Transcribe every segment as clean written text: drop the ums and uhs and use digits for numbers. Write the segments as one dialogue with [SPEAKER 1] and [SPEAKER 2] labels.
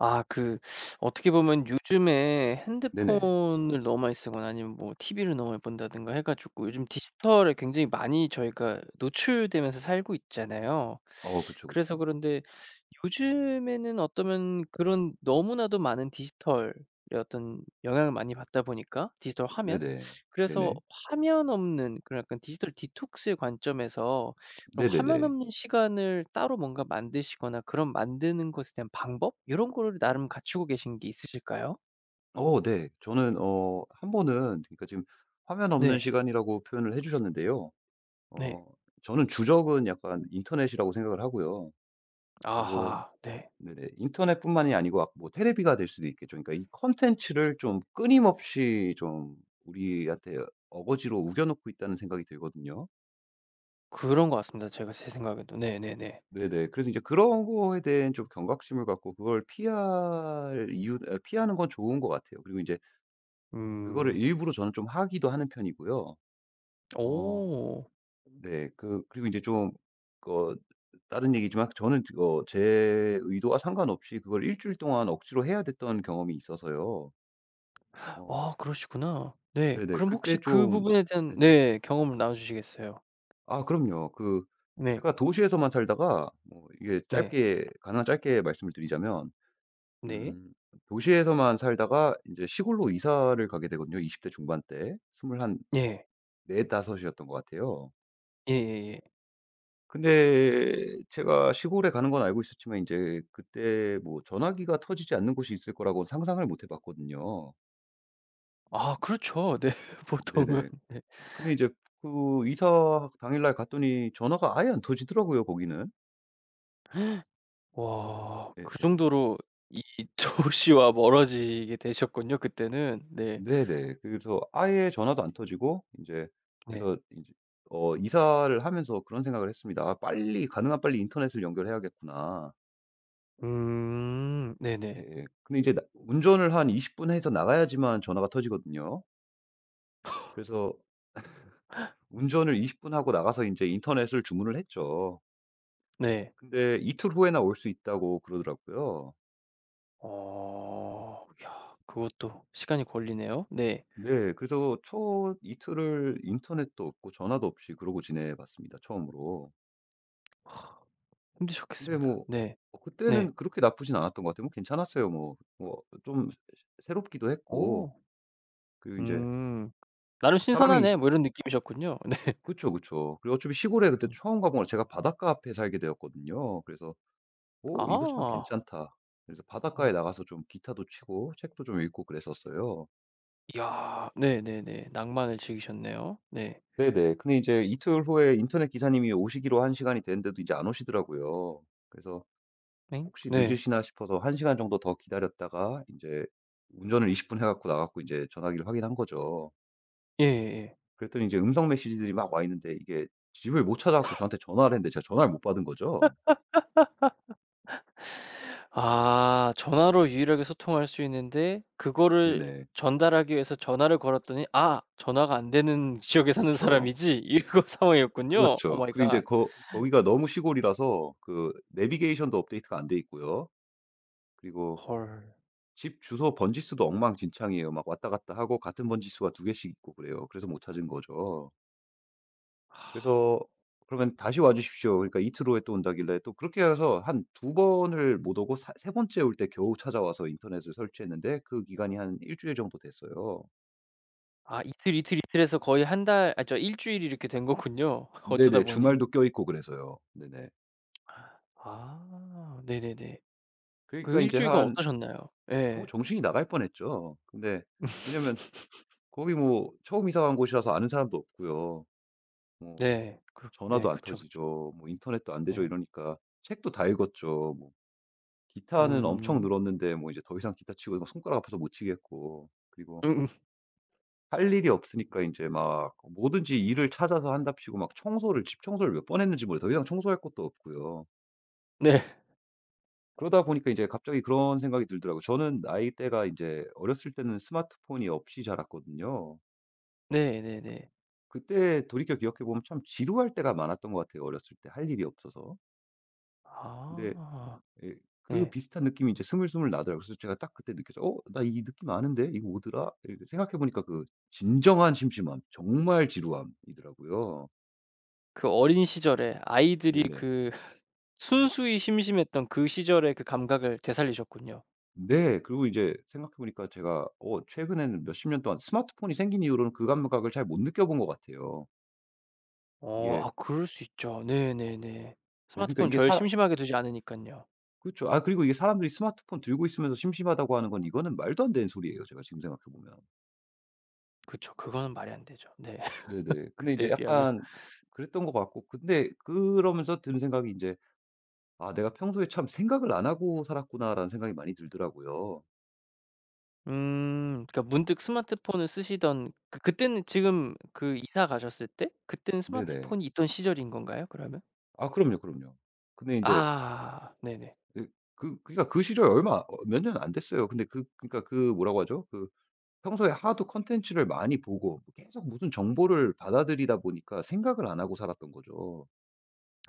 [SPEAKER 1] 아 그 어떻게 보면 요즘에
[SPEAKER 2] 네네.
[SPEAKER 1] 핸드폰을 너무 많이 쓰거나 아니면 뭐 TV를 너무 많이 본다든가 해 가지고 요즘 디지털에 굉장히 많이 저희가 노출되면서 살고 있잖아요.
[SPEAKER 2] 그쵸,
[SPEAKER 1] 그래서
[SPEAKER 2] 그쵸.
[SPEAKER 1] 그런데 요즘에는 어떠면 그런 너무나도 많은 디지털의 어떤 영향을 많이 받다 보니까 디지털 화면?
[SPEAKER 2] 네네.
[SPEAKER 1] 그래서
[SPEAKER 2] 네네.
[SPEAKER 1] 화면 없는 그런 약간 디지털 디톡스의 관점에서 그럼 화면
[SPEAKER 2] 네네네.
[SPEAKER 1] 없는 시간을 따로 뭔가 만드시거나 그런 만드는 것에 대한 방법 이런 거를 나름 갖추고 계신 게 있으실까요?
[SPEAKER 2] 네. 저는 한 번은 그러니까 지금 화면 없는
[SPEAKER 1] 네.
[SPEAKER 2] 시간이라고 표현을 해 주셨는데요.
[SPEAKER 1] 네.
[SPEAKER 2] 어 저는 주적은 약간 인터넷이라고 생각을 하고요. 그리고
[SPEAKER 1] 아하. 네.
[SPEAKER 2] 네네. 인터넷뿐만이 아니고 뭐 테레비가 될 수도 있겠죠. 그러니까 이 콘텐츠를 좀 끊임없이 좀 우리한테 어거지로 우겨 놓고 있다는 생각이 들거든요.
[SPEAKER 1] 그런 것 같습니다 제가 제 생각에도. 네네네.
[SPEAKER 2] 네네. 그래서 이제 그런 거에 대한 좀 경각심을 갖고 그걸 피할 이유 피하는 건 좋은 것 같아요. 그리고 이제 그거를
[SPEAKER 1] 음.
[SPEAKER 2] 일부러 저는 좀 하기도 하는 편이고요. 어
[SPEAKER 1] 오.
[SPEAKER 2] 네. 그리고 이제 좀 그, 다른 얘기지만 저는 제 의도와 상관없이 그걸 일 주일 동안 억지로 해야 됐던 경험이 있어서요. 어
[SPEAKER 1] 아 그러시구나. 네.
[SPEAKER 2] 네네.
[SPEAKER 1] 그럼 혹시
[SPEAKER 2] 그때
[SPEAKER 1] 그
[SPEAKER 2] 좀
[SPEAKER 1] 부분에 대한
[SPEAKER 2] 네네.
[SPEAKER 1] 네 경험을 나눠 주시겠어요?
[SPEAKER 2] 아 그럼요. 그
[SPEAKER 1] 네.
[SPEAKER 2] 제가 도시에서만 살다가 뭐 이게
[SPEAKER 1] 네.
[SPEAKER 2] 짧게 가능한 짧게 말씀을 드리자면
[SPEAKER 1] 네.
[SPEAKER 2] 음, 도시에서만 살다가 이제 시골로 이사를 가게 되거든요. 20대 중반 때.
[SPEAKER 1] 예.
[SPEAKER 2] 24-5 이었던 것 같아요.
[SPEAKER 1] 예예예.
[SPEAKER 2] 근데 제가 시골에 가는 건 알고 있었지만 이제 그때 뭐 전화기가 터지지 않는 곳이 있을 거라고 상상을 못해 봤거든요.
[SPEAKER 1] 아 그렇죠. 네. 보통은.
[SPEAKER 2] 네네. 근데 이제 그 이사 당일날 갔더니 전화가 아예 안 터지더라고요 거기는.
[SPEAKER 1] 와. 그
[SPEAKER 2] 예예.
[SPEAKER 1] 정도로 이 조우 씨와 멀어지게 되셨군요 그때는. 네.
[SPEAKER 2] 네네. 그래서 아예 전화도 안 터지고 인제
[SPEAKER 1] 네.
[SPEAKER 2] 그래서 인제 이사를 하면서 그런 생각을 했습니다. '아 빨리 가능한 빨리 인터넷을 연결해야겠구나.'
[SPEAKER 1] 음. 네네.
[SPEAKER 2] 예예. 근데 이제 나 운전을 한 20분 해서 나가야지만 전화가 터지거든요. 그래서 운전을 20분 하고 나가서 인제 인터넷을 주문을 했죠.
[SPEAKER 1] 네.
[SPEAKER 2] 근데 이틀 후에나 올 수 있다고 그러더라고요.
[SPEAKER 1] 어. 야 그것도 시간이 걸리네요. 네.
[SPEAKER 2] 네. 그래서 초 이틀을 인터넷도 없고 전화도 없이 그러고 지내 봤습니다, 처음으로. 근데
[SPEAKER 1] 힘드셨겠습니다.
[SPEAKER 2] 뭐
[SPEAKER 1] 네. 네.
[SPEAKER 2] 그때는 그렇게 나쁘진 않았던 것 같아요. 뭐 괜찮았어요. 뭐 좀 새롭기도 했고
[SPEAKER 1] 오
[SPEAKER 2] 그리고 이제
[SPEAKER 1] 음. '나름
[SPEAKER 2] 사람이 시
[SPEAKER 1] 신선하네.' 뭐 이런 느낌이셨군요. 네.
[SPEAKER 2] 그쵸, 그쵸. 그리고 어차피 시골에 그때
[SPEAKER 1] 음.
[SPEAKER 2] 처음 가본 거라 제가 바닷가 앞에 살게 되었거든요. 그래서 '오 이거 참
[SPEAKER 1] 아.
[SPEAKER 2] 괜찮다.' 그래서 바닷가에
[SPEAKER 1] 어.
[SPEAKER 2] 나가서 좀 기타도 치고 책도 좀 읽고 그랬었어요.
[SPEAKER 1] 야. 네네네. 낭만을 즐기셨네요. 네.
[SPEAKER 2] 네네. 근데 이제 이틀 후에 인터넷 기사님이 오시기로 한 시간이 됐는데도 이제 안 오시더라고요. 그래서
[SPEAKER 1] 네.
[SPEAKER 2] 혹시
[SPEAKER 1] 네.
[SPEAKER 2] 늦으시나 싶어서 1시간 시간 정도 더 기다렸다가 이제 운전을 20분 해 갖고 나갔 갖고 이제 전화기를 확인한 거죠.
[SPEAKER 1] 예예예.
[SPEAKER 2] 그랬더니 이제 음성 메시지들이 막 와 있는데 이게 집을 못 찾아 갖고 저한테 전화를 했는데 제가 전화를 못 받은 거죠.
[SPEAKER 1] 아 전화로 유일하게 소통할 수 있는데 그거를
[SPEAKER 2] 네네.
[SPEAKER 1] 전달하기 위해서 전화를 걸었더니 '아 전화가 안 되는 지역에 사는
[SPEAKER 2] 그렇죠.
[SPEAKER 1] 사람이지.' 이거 상황이었군요. 오
[SPEAKER 2] 그렇죠.
[SPEAKER 1] 마이
[SPEAKER 2] 그리고 이제
[SPEAKER 1] 갓.
[SPEAKER 2] 거 거기가 너무 시골이라서 그 내비게이션도 업데이트가 안 돼 있고요. 그리고
[SPEAKER 1] 헐.
[SPEAKER 2] 집 주소 번지수도 엉망진창이에요. 막 왔다 갔다 하고 같은 번지수가 2개 개씩 있고 그래요. 그래서 못 찾은 거죠. 그래서 그러면 "다시 와 주십시오." 그러니까 이틀 후에 또 온다길래 또 그렇게 해서 한 두 번을 못 오고 사 세 번째 올 때 겨우 찾아와서 인터넷을 설치했는데 그 기간이 한 일 주일 정도 됐어요.
[SPEAKER 1] 아 이틀, 이틀, 이틀 해서 거의 한 달 아 저 1주일이 이렇게 된 거군요. 어쩌다
[SPEAKER 2] 네네.
[SPEAKER 1] 보니.
[SPEAKER 2] 주말도 껴있고 그래서요. 네네.
[SPEAKER 1] 아 네네네. 그
[SPEAKER 2] 그러니까 이
[SPEAKER 1] 일
[SPEAKER 2] 제
[SPEAKER 1] 주일간
[SPEAKER 2] 한
[SPEAKER 1] 어떠셨나요?
[SPEAKER 2] 뭐
[SPEAKER 1] 예.
[SPEAKER 2] 정신이 나갈 뻔했죠. 근데 왜냐면 거기 뭐 처음 이사 간 곳이라서 아는 사람도 없고요. 뭐
[SPEAKER 1] 네. 그 네
[SPEAKER 2] 전화도 안
[SPEAKER 1] 그쵸, 그쵸.
[SPEAKER 2] 터지죠. 뭐 인터넷도 안 되죠.
[SPEAKER 1] 네.
[SPEAKER 2] 이러니까 책도 다 읽었죠. 뭐 기타는 엄청
[SPEAKER 1] 음.
[SPEAKER 2] 늘었는데 뭐 이제 더 이상 기타 치고 막 손가락 아파서 못 치겠고 그리고
[SPEAKER 1] 음음.
[SPEAKER 2] 할 일이 없으니까 이제 막 뭐든지 일을 찾아서 한답시고 막 청소를 집 청소를 몇 번 했는지 모르요더 이상 청소할 것도 없고요.
[SPEAKER 1] 네.
[SPEAKER 2] 그러다 보니까 이제 갑자기 그런 생각이 들더라고요. 저는 나이대가 이제 어렸을 때는 스마트폰이 없이 자랐거든요.
[SPEAKER 1] 네네네.
[SPEAKER 2] 그때 돌이켜 기억해 보면 참 지루할 때가 많았던 것 같아요, 어렸을 때 할 일이 없어서. 근데
[SPEAKER 1] 아.
[SPEAKER 2] 예. 그
[SPEAKER 1] 네
[SPEAKER 2] 비슷한 느낌이 이제 스물스물 나더라고요. 그래서 제가 딱 그때 느꼈어요. '어 나 이 느낌 아는데? 이거 뭐더라?' 예 생각해 보니까 그 진정한 심심함 정말 지루함이더라고요.
[SPEAKER 1] 그 어린 시절에 아이들이
[SPEAKER 2] 네네.
[SPEAKER 1] 그 순수히 심심했던 그 시절의 그 감각을 되살리셨군요.
[SPEAKER 2] 네. 그리고 이제 생각해 보니까 제가 최근에는 몇십 년 동안 스마트폰이 생긴 이후로는 그 감각을 잘 못 느껴본 것 같아요.
[SPEAKER 1] 어
[SPEAKER 2] 이게
[SPEAKER 1] 아 그럴 수 있죠. 네네네.
[SPEAKER 2] 네 그러니까
[SPEAKER 1] 스마트폰
[SPEAKER 2] 이게
[SPEAKER 1] 절
[SPEAKER 2] 사
[SPEAKER 1] 심심하게 두지 않으니깐요.
[SPEAKER 2] 그죠아 그리고 이게 사람들이 스마트폰 들고 있으면서 심심하다고 하는 건 이거는 말도 안 되는 소리예요, 제가 지금 생각해 보면.
[SPEAKER 1] 그쵸. 그거는 말이 안 되죠. 네.
[SPEAKER 2] 네네. 근데
[SPEAKER 1] 그때에
[SPEAKER 2] 이제
[SPEAKER 1] 비하면.
[SPEAKER 2] 약간 그랬던 것 같고 근데 그러면서 드는 생각이 이제 '아 내가 평소에 참 생각을 안 하고 살았구나.'라는 생각이 많이 들더라고요.
[SPEAKER 1] 그러니까 문득 스마트폰을 쓰시던 그때는 지금 그 이사 가셨을 때 그때는
[SPEAKER 2] 네네.
[SPEAKER 1] 스마트폰이 있던 시절인 건가요 그러면?
[SPEAKER 2] 아 그럼요, 그럼요. 근데 이제
[SPEAKER 1] 아 네네.
[SPEAKER 2] 그 그러니까 그 시절 얼마 몇 년 안 됐어요. 근데 그 그러니까 그 뭐라고 하죠? 그 평소에 하도 컨텐츠를 많이 보고 뭐 계속 무슨 정보를 받아들이다 보니까 생각을 안 하고 살았던 거죠.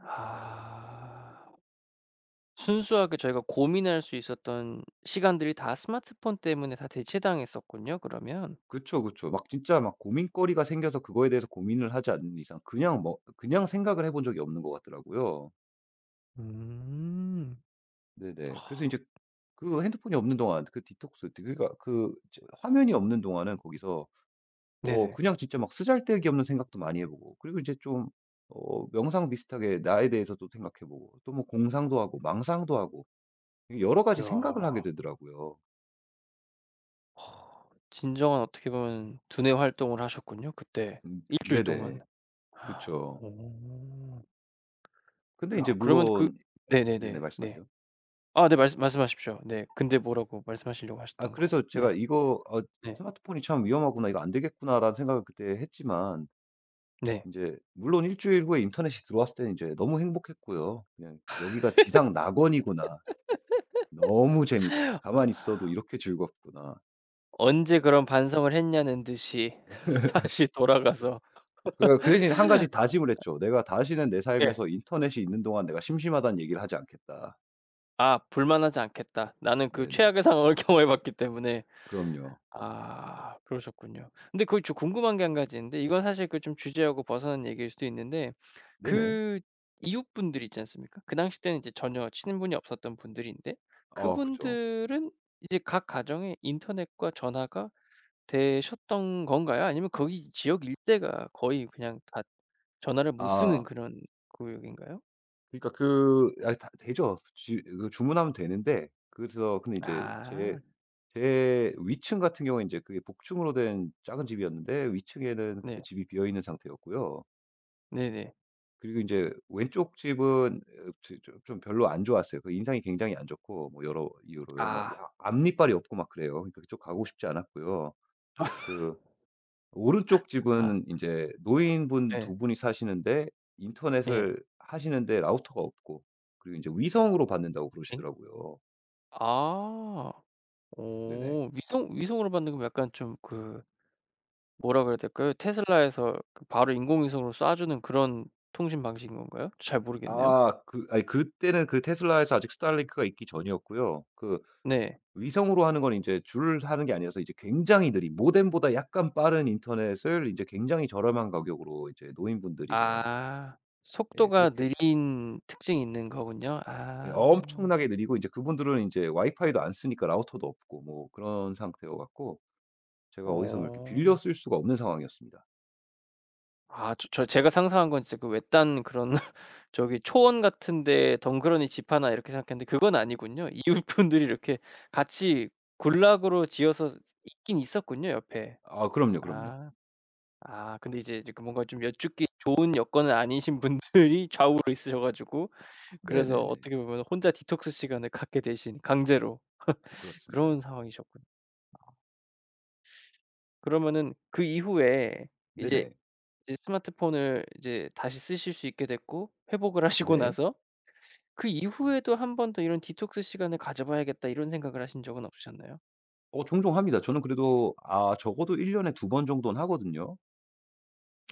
[SPEAKER 1] 아. 순수하게 저희가 고민할 수 있었던 시간들이 다 스마트폰 때문에 다 대체당했었군요 그러면.
[SPEAKER 2] 그쵸, 그쵸. 막 진짜 막 고민거리가 생겨서 그거에 대해서 고민을 하지 않는 이상 그냥 뭐 그냥 생각을 해본 적이 없는 것 같더라고요.
[SPEAKER 1] 음.
[SPEAKER 2] 네네. 그래서 이
[SPEAKER 1] 아.
[SPEAKER 2] 제 그 핸드폰이 없는 동안 그 디톡스 그 그러니까 그 저 화면이 없는 동안은 거기서
[SPEAKER 1] 네네.
[SPEAKER 2] 그냥 진짜 막 쓰잘데기 없는 생각도 많이 해 보고 그리고 이제 좀 명상 비슷하게 나에 대해서도 생각해 보고 또 뭐 공상도 하고 망상도 하고 이 여러 가지 생각을 하게
[SPEAKER 1] 야.
[SPEAKER 2] 되더라고요.
[SPEAKER 1] 아. 진정한 어떻게 보면 두뇌 활동을 하셨군요 그때 1주일 동안.
[SPEAKER 2] 네네. 그쵸.
[SPEAKER 1] 오.
[SPEAKER 2] 근데 이제
[SPEAKER 1] 야 그러면 그
[SPEAKER 2] 물론 네네
[SPEAKER 1] 네네네. 네.
[SPEAKER 2] 말씀하세요.
[SPEAKER 1] 아 네 말씀하십시오. 네. 근데 뭐라고 말씀하시려고 하셨던 거.
[SPEAKER 2] 그래서 제가
[SPEAKER 1] 네.
[SPEAKER 2] 이거
[SPEAKER 1] 네.
[SPEAKER 2] '스마트폰이 참 위험하구나. 이거 안 되겠구나.'라는 생각을 그때 했지만
[SPEAKER 1] 네.
[SPEAKER 2] 이제 물론 일 주일 후에 인터넷이 들어왔을 때는 제 너무 행복했고요. 그냥 '여기가 지상 낙원이구나. 너무 재밌다. 가만히 있어도 이렇게 즐겁구나,
[SPEAKER 1] 언제
[SPEAKER 2] 내가.'
[SPEAKER 1] 그런 반성을 했냐는 듯이 다시 돌아가서
[SPEAKER 2] 그래 그 대신 한 가지 다짐을 했죠. '내가 다시는 내
[SPEAKER 1] 예.
[SPEAKER 2] 삶에서 인터넷이 있는 동안 내가 심심하다는 얘기를 하지 않겠다.'
[SPEAKER 1] 아 불만하지 않겠다. 나는 그
[SPEAKER 2] 네네.
[SPEAKER 1] 최악의 상황을 경험해 봤기 때문에.
[SPEAKER 2] 그럼요.
[SPEAKER 1] 아 그러셨군요. 근데 그 저 궁금한 게 한 가지 있는데 이건 사실 그 좀 주제하고 벗어난 얘기일 수도 있는데
[SPEAKER 2] 네네.
[SPEAKER 1] 그 이웃분들 있지 않습니까? 그 당시 때는 이제 전혀 친분이 없었던 분들인데
[SPEAKER 2] 어 그죠.
[SPEAKER 1] 그분들은 이제 각 가정에 인터넷과 전화가 되셨던 건가요? 아니면 거기 지역 일대가 거의 그냥 다 전화를 못 쓰는
[SPEAKER 2] 아.
[SPEAKER 1] 그런 구역인가요?
[SPEAKER 2] 그러니까 그 아 다 되죠. 지 그 주문하면 되는데 그래서 근데 이제 제
[SPEAKER 1] 아.
[SPEAKER 2] 제 위층 같은 경우에 인제 그게 복층으로 된 작은 집이었는데 위층에는 그때
[SPEAKER 1] 네.
[SPEAKER 2] 집이 비어 있는 상태였고요.
[SPEAKER 1] 네네.
[SPEAKER 2] 그리고 인제 왼쪽 집은 좀 별로 안 좋았어요. 그 인상이 굉장히 안 좋고 뭐 여러 이유로요. 막 이
[SPEAKER 1] 아.
[SPEAKER 2] 앞 앞니빨이 없고 막 그래요. 그러니까 그쪽 가고 싶지 않았고요. 그 오른쪽
[SPEAKER 1] 아.
[SPEAKER 2] 집은 이제 노인분
[SPEAKER 1] 예.
[SPEAKER 2] 두 분이 사시는데
[SPEAKER 1] 예.
[SPEAKER 2] 인터넷을 하시는데 라우터가 없고 그리고 인제 위성으로 받는다고
[SPEAKER 1] 엥?
[SPEAKER 2] 그러시더라고요.
[SPEAKER 1] 아.
[SPEAKER 2] 네네.
[SPEAKER 1] 어 위성으로 받는 건 약간 좀 그 뭐라 그래야 될까요? 테슬라에서 그 바로 인공위성으로 쏴 주는 그런 통신 방식인 건가요? 잘 모르겠네요.
[SPEAKER 2] 그 아니 그때는 그 테슬라에서 아직 스타링크가 있기 전이었고요. 그
[SPEAKER 1] 네.
[SPEAKER 2] 위성으로 하는 건 인제 줄 하는 게 아니라서 이제 굉장히 느린 모뎀보다 약간 빠른 인터넷을 인제 굉장히 저렴한 가격으로 이제 노인분들이 그냥 뭐
[SPEAKER 1] 아.
[SPEAKER 2] 예
[SPEAKER 1] 속도가
[SPEAKER 2] 그렇게
[SPEAKER 1] 느린 특징이 있는 거군요.
[SPEAKER 2] 예
[SPEAKER 1] 아.
[SPEAKER 2] 엄청나게 느리고 이제 그분들은 인제 와이파이도 안 쓰니까 라우터도 없고 뭐 그런 상태여 갖고 제가 어디서 뭐 이렇게 빌려
[SPEAKER 1] 어.
[SPEAKER 2] 쓸 수가 없는 상황이었습니다.
[SPEAKER 1] 아 저 제가 상상한 건 진짜 그 외딴 그런 저기 초원 같은 데 덩그러니 집 하나 이렇게 생각했는데 그건 아니군요. 이웃분들이 이렇게 같이 군락으로 지어서 있긴 있었군요, 옆에.
[SPEAKER 2] 아 그럼요, 그럼요.
[SPEAKER 1] 아. 아 근데 이제 그 뭔가 좀 여쭙기 좋은 여건은 아니신 분이 들 좌우로 있으셔 가지고 그래서
[SPEAKER 2] 네네네.
[SPEAKER 1] 어떻게 보면 혼자 디톡스 시간을 갖게 되신 강제로
[SPEAKER 2] 아, 그렇습니다.
[SPEAKER 1] 그런 상황이셨군요. 그러면은 그 이후에 이제
[SPEAKER 2] 네네.
[SPEAKER 1] 이제 스마트폰을 이제 다시 쓰실 수 있게 됐고 회복을 하시고
[SPEAKER 2] 네.
[SPEAKER 1] 나서 그 이후에도 한 번 더 이런 '디톡스 시간을 가져 봐야겠다.' 이런 생각을 하신 적은 없으셨나요?
[SPEAKER 2] 종종 합니다. 저는 그래도 적어도 1년 년에 두 번 정도는 하거든요.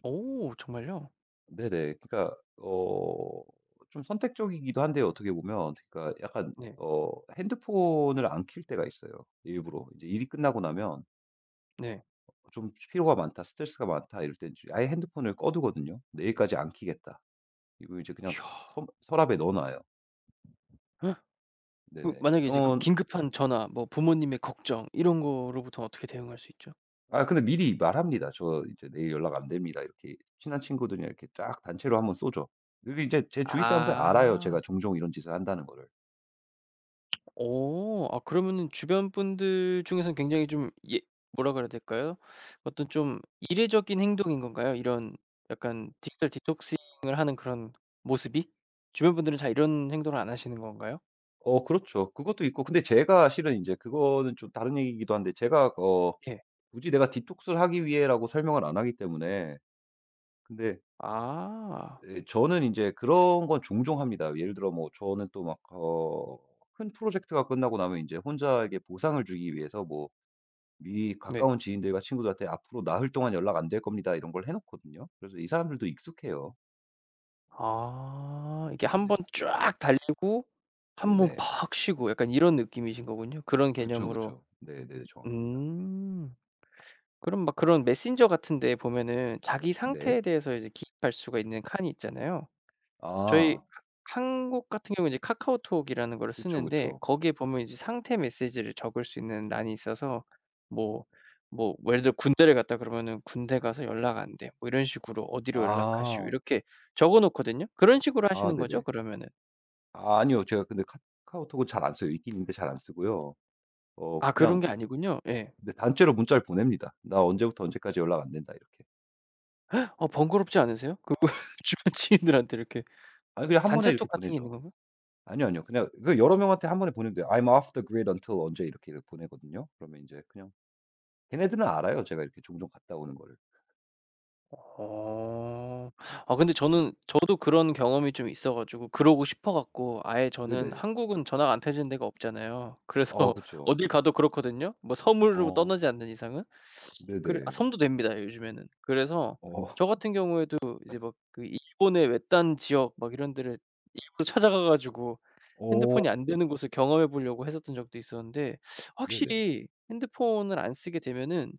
[SPEAKER 1] 오 정말요?
[SPEAKER 2] 네네. 그러니까 좀 선택적이기도 한데요, 어떻게 보면. 그러니까 약간
[SPEAKER 1] 네.
[SPEAKER 2] 어 핸드폰을 안 켤 때가 있어요, 일부러. 이제 일이 끝나고 나면
[SPEAKER 1] 네.
[SPEAKER 2] 좀 '피로가 많다. 스트레스가 많다.' 이럴 땐 지 아예 핸드폰을 꺼 두거든요. '내일까지 안 켜겠다.' 그리고 이제 그냥
[SPEAKER 1] 이야.
[SPEAKER 2] 서 서랍에 넣어 놔요.
[SPEAKER 1] 그
[SPEAKER 2] 네네.
[SPEAKER 1] 만약에 이제 그
[SPEAKER 2] 그런
[SPEAKER 1] 긴급한 전화 뭐 부모님의 걱정 이런 거로부터 어떻게 대응할 수 있죠?
[SPEAKER 2] 근데 미리 말합니다. "저 이제 내일 연락 안 됩니다." 이렇게 친한 친구들이랑 이렇게 쫙 단체로 한번 쏘죠. 근데 이제 제 주위 사람들 알아요, 제가
[SPEAKER 1] 아.
[SPEAKER 2] 종종 이런 짓을 한다는 거를.
[SPEAKER 1] 어. 아 그러면은 주변 분들 중에서는 굉장히 좀 예 뭐라 그래야 될까요? 어떤 좀 이례적인 행동인 건가요? 이런 약간 디지털 디톡싱을 하는 그런 모습이? 주변 분들은 잘 이런 행동을 안 하시는 건가요?
[SPEAKER 2] 그렇죠. 그것도 있고 근데 제가 실은 이제 그거는 좀 다른 얘기이기도 한데 제가
[SPEAKER 1] 예.
[SPEAKER 2] 굳이 "내가 디톡스를 하기 위해."라고 설명을 안 하기 때문에 근데
[SPEAKER 1] 아.
[SPEAKER 2] 예 저는 이제 그런 건 종종 합니다. 예를 들어 뭐 저는 또 막 큰 프로젝트가 끝나고 나면 이제 혼자에게 보상을 주기 위해서 뭐 미
[SPEAKER 1] 네.
[SPEAKER 2] 가까운 지인들과 친구들한테 "앞으로 나흘 동안 연락 안 될 겁니다." 이런 걸 해 놓거든요. 그래서 이 사람들도 익숙해요.
[SPEAKER 1] 아 이게 한
[SPEAKER 2] 네네.
[SPEAKER 1] 번 쫙 달리고 한번
[SPEAKER 2] 네네.
[SPEAKER 1] 팍 쉬고 약간 이런 느낌이신 거군요. 그런
[SPEAKER 2] 그쵸,
[SPEAKER 1] 개념으로.
[SPEAKER 2] 그쵸. 네네. 정확합니다.
[SPEAKER 1] 음. 그럼 막 그런 메신저 같은 데 보면은 자기
[SPEAKER 2] 네.
[SPEAKER 1] 상태에 대해서 이제 기입할 수가 있는 칸이 있잖아요. 저희
[SPEAKER 2] 아.
[SPEAKER 1] 한국 같은 경우는 이제 카카오톡이라는 거를
[SPEAKER 2] 그쵸,
[SPEAKER 1] 쓰는데
[SPEAKER 2] 그쵸.
[SPEAKER 1] 거기에 보면 이제 상태 메시지를 적을 수 있는 란이 있어서 뭐 뭐 예를 들어 군대를 갔다 그러면은 "군대 가서 연락 안 돼." 뭐 이런 식으로 "어디로 연락하시오."
[SPEAKER 2] 아.
[SPEAKER 1] 이렇게 적어 놓거든요. 그런 식으로
[SPEAKER 2] 아
[SPEAKER 1] 하시는 거죠
[SPEAKER 2] 네네.
[SPEAKER 1] 그러면은?
[SPEAKER 2] 아 아니요. 제가 근데 카카오톡은 잘 안 써요. 있긴 있는데 잘 안 쓰고요.
[SPEAKER 1] 아 그런
[SPEAKER 2] 그냥
[SPEAKER 1] 게 아니군요. 예.
[SPEAKER 2] 네 단체로 문자를 보냅니다. "나 언제부터 언제까지 연락 안 된다." 이렇게.
[SPEAKER 1] 어 번거롭지 않으세요? 그 주변 지인들한테 이렇게
[SPEAKER 2] 아니 그냥 한 번에 이렇게
[SPEAKER 1] 단체톡 같은 게 있는
[SPEAKER 2] 보내죠.
[SPEAKER 1] 건가요?
[SPEAKER 2] 아니요, 아니요. 그냥 그 여러 명한테 한 번에 보내면 돼요. "I'm off the grid until" 언제 이렇게 보내거든요. 그러면 인제 그냥 걔네들은 알아요, 제가 이렇게 종종 갔다 오는 거를.
[SPEAKER 1] 어. 아 근데 저는 저도 그런 경험이 좀 있어 가지고 그러고 싶어 갖고 아예 저는
[SPEAKER 2] 네네.
[SPEAKER 1] 한국은 전화가 안 터지는 데가 없잖아요. 그래서
[SPEAKER 2] 어 그쵸.
[SPEAKER 1] 어딜 가도 그렇거든요. 뭐 섬으로 떠나지
[SPEAKER 2] 어
[SPEAKER 1] 않는 이상은. 그래 아
[SPEAKER 2] 네네.
[SPEAKER 1] 섬도 됩니다 요즘에는. 그래서 저
[SPEAKER 2] 어
[SPEAKER 1] 같은 경우에도 이제 막 그 일본의 외딴 지역 막 이런 데를 일부러 찾아가 가지고
[SPEAKER 2] 어
[SPEAKER 1] 핸드폰이 안 되는 곳을 경험해 보려고 했었던 적도 있었는데
[SPEAKER 2] 네네.
[SPEAKER 1] 확실히 핸드폰을 안 쓰게 되면은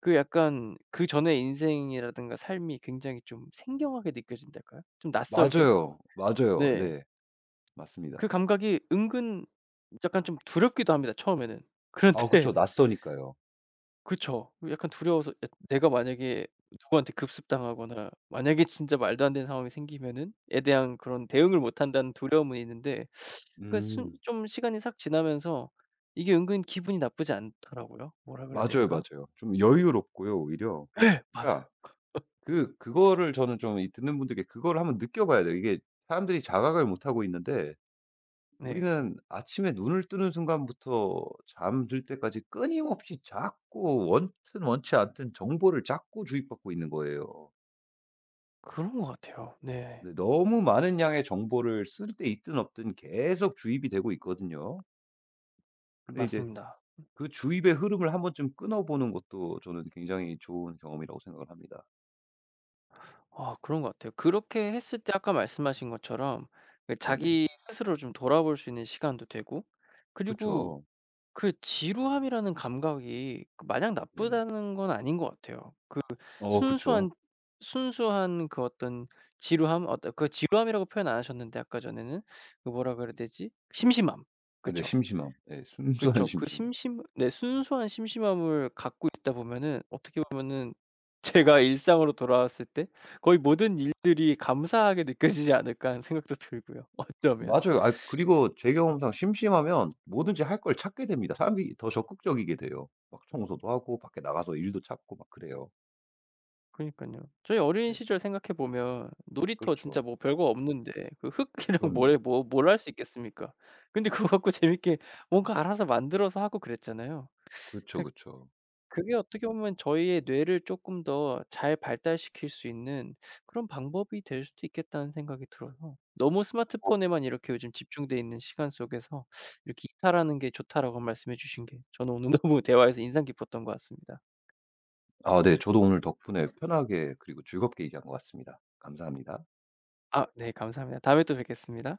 [SPEAKER 1] 그 약간 그 전의 인생이라든가 삶이 굉장히 좀 생경하게 느껴진달까요? 좀 낯설게?
[SPEAKER 2] 맞아요. 맞아요.
[SPEAKER 1] 네.
[SPEAKER 2] 네. 맞습니다.
[SPEAKER 1] 그 감각이 은근 약간 좀 두렵기도 합니다 처음에는.
[SPEAKER 2] 아
[SPEAKER 1] 그런데
[SPEAKER 2] 그쵸. 낯서니까요.
[SPEAKER 1] 그쵸. 약간 두려워서 야 내가 만약에 누구한테 급습당하거나 만약에 진짜 말도 안 되는 상황이 생기면은 에 대한 그런 대응을 못 한다는 두려움은 있는데 그 순
[SPEAKER 2] 음.
[SPEAKER 1] 좀 시간이 싹 지나면서 이게 은근 기분이 나쁘지 않더라고요. 뭐라 그래야
[SPEAKER 2] 맞아요,
[SPEAKER 1] 될까?
[SPEAKER 2] 맞아요. 좀 여유롭고요, 오히려.
[SPEAKER 1] 예 맞아요.
[SPEAKER 2] 그러니까 그 그거를 저는 좀 이 듣는 분들께 그거를 한번 느껴봐야 돼요. 이게 사람들이 자각을 못하고 있는데
[SPEAKER 1] 네.
[SPEAKER 2] 우리는 아침에 눈을 뜨는 순간부터 잠들 때까지 끊임없이 자꾸 원튼 원치 않든 정보를 자꾸 주입받고 있는 거예요.
[SPEAKER 1] 그런 것 같아요. 네.
[SPEAKER 2] 근데 너무 많은 양의 정보를 쓸 때 있든 없든 계속 주입이 되고 있거든요. 근데 이제
[SPEAKER 1] 맞습니다.
[SPEAKER 2] 그 주입의 흐름을 한번쯤 끊어보는 것도 저는 굉장히 좋은 경험이라고 생각을 합니다.
[SPEAKER 1] 아 그런 것 같아요. 그렇게 했을 때 아까 말씀하신 것처럼 그
[SPEAKER 2] 네네.
[SPEAKER 1] 자기 스스로 좀 돌아볼 수 있는 시간도 되고 그리고
[SPEAKER 2] 그쵸.
[SPEAKER 1] 그 지루함이라는 감각이 그 마냥
[SPEAKER 2] 네네.
[SPEAKER 1] 나쁘다는 건 아닌 것 같아요.
[SPEAKER 2] 어 그쵸.
[SPEAKER 1] 순수한 순수한 그 어떤 지루함 어떤 그 지루함이라고 표현 안 하셨는데 아까 전에는 그 뭐라 그래야
[SPEAKER 2] 네.
[SPEAKER 1] 되지? 심심함.
[SPEAKER 2] 아네
[SPEAKER 1] 그쵸.
[SPEAKER 2] 심심함. 네, 순수한
[SPEAKER 1] 그쵸. 그
[SPEAKER 2] 심심함.
[SPEAKER 1] 심심 네 순수한 심심함을 갖고 있다 보면은 어떻게 보면은 제가 일상으로 돌아왔을 때 '거의 모든 일들이 감사하게 느껴지지 않을까.' 하는 생각도 들고요 어쩌면.
[SPEAKER 2] 맞아요. 아 그리고 제 경험상 심심하면 뭐든지 할 걸 찾게 됩니다. 사람들이 더 적극적이게 돼요. 막 청소도 하고 밖에 나가서 일도 찾고 막 그래요.
[SPEAKER 1] 그니깐요. 저희 어린
[SPEAKER 2] 네.
[SPEAKER 1] 시절 생각해 보면 놀이터 진짜
[SPEAKER 2] 그렇죠.
[SPEAKER 1] 뭐 별거 없는데 그 흙이랑
[SPEAKER 2] 그럼요.
[SPEAKER 1] 모래 뭐 뭘 할 수 있겠습니까? 근데 그거 갖고 재밌게 뭔가 알아서 만들어서 하고 그랬잖아요.
[SPEAKER 2] 그쵸,
[SPEAKER 1] 그러니까
[SPEAKER 2] 그쵸.
[SPEAKER 1] 그게 어떻게 보면 저희의 뇌를 조금 더 잘 발달시킬 수 있는 그런 방법이 될 수도 있겠다는 생각이 들어요. 너무 스마트폰에만 이렇게 요즘 집중돼 있는 시간 속에서 이렇게 이탈하는 게 좋다라고 말씀해 주신 게 저는 오늘 너무 대화에서 인상 깊었던 것 같습니다.
[SPEAKER 2] 네. 저도 오늘 덕분에 편하게 그리고 즐겁게 얘기한 것 같습니다. 감사합니다.
[SPEAKER 1] 아 네 감사합니다. 다음에 또 뵙겠습니다.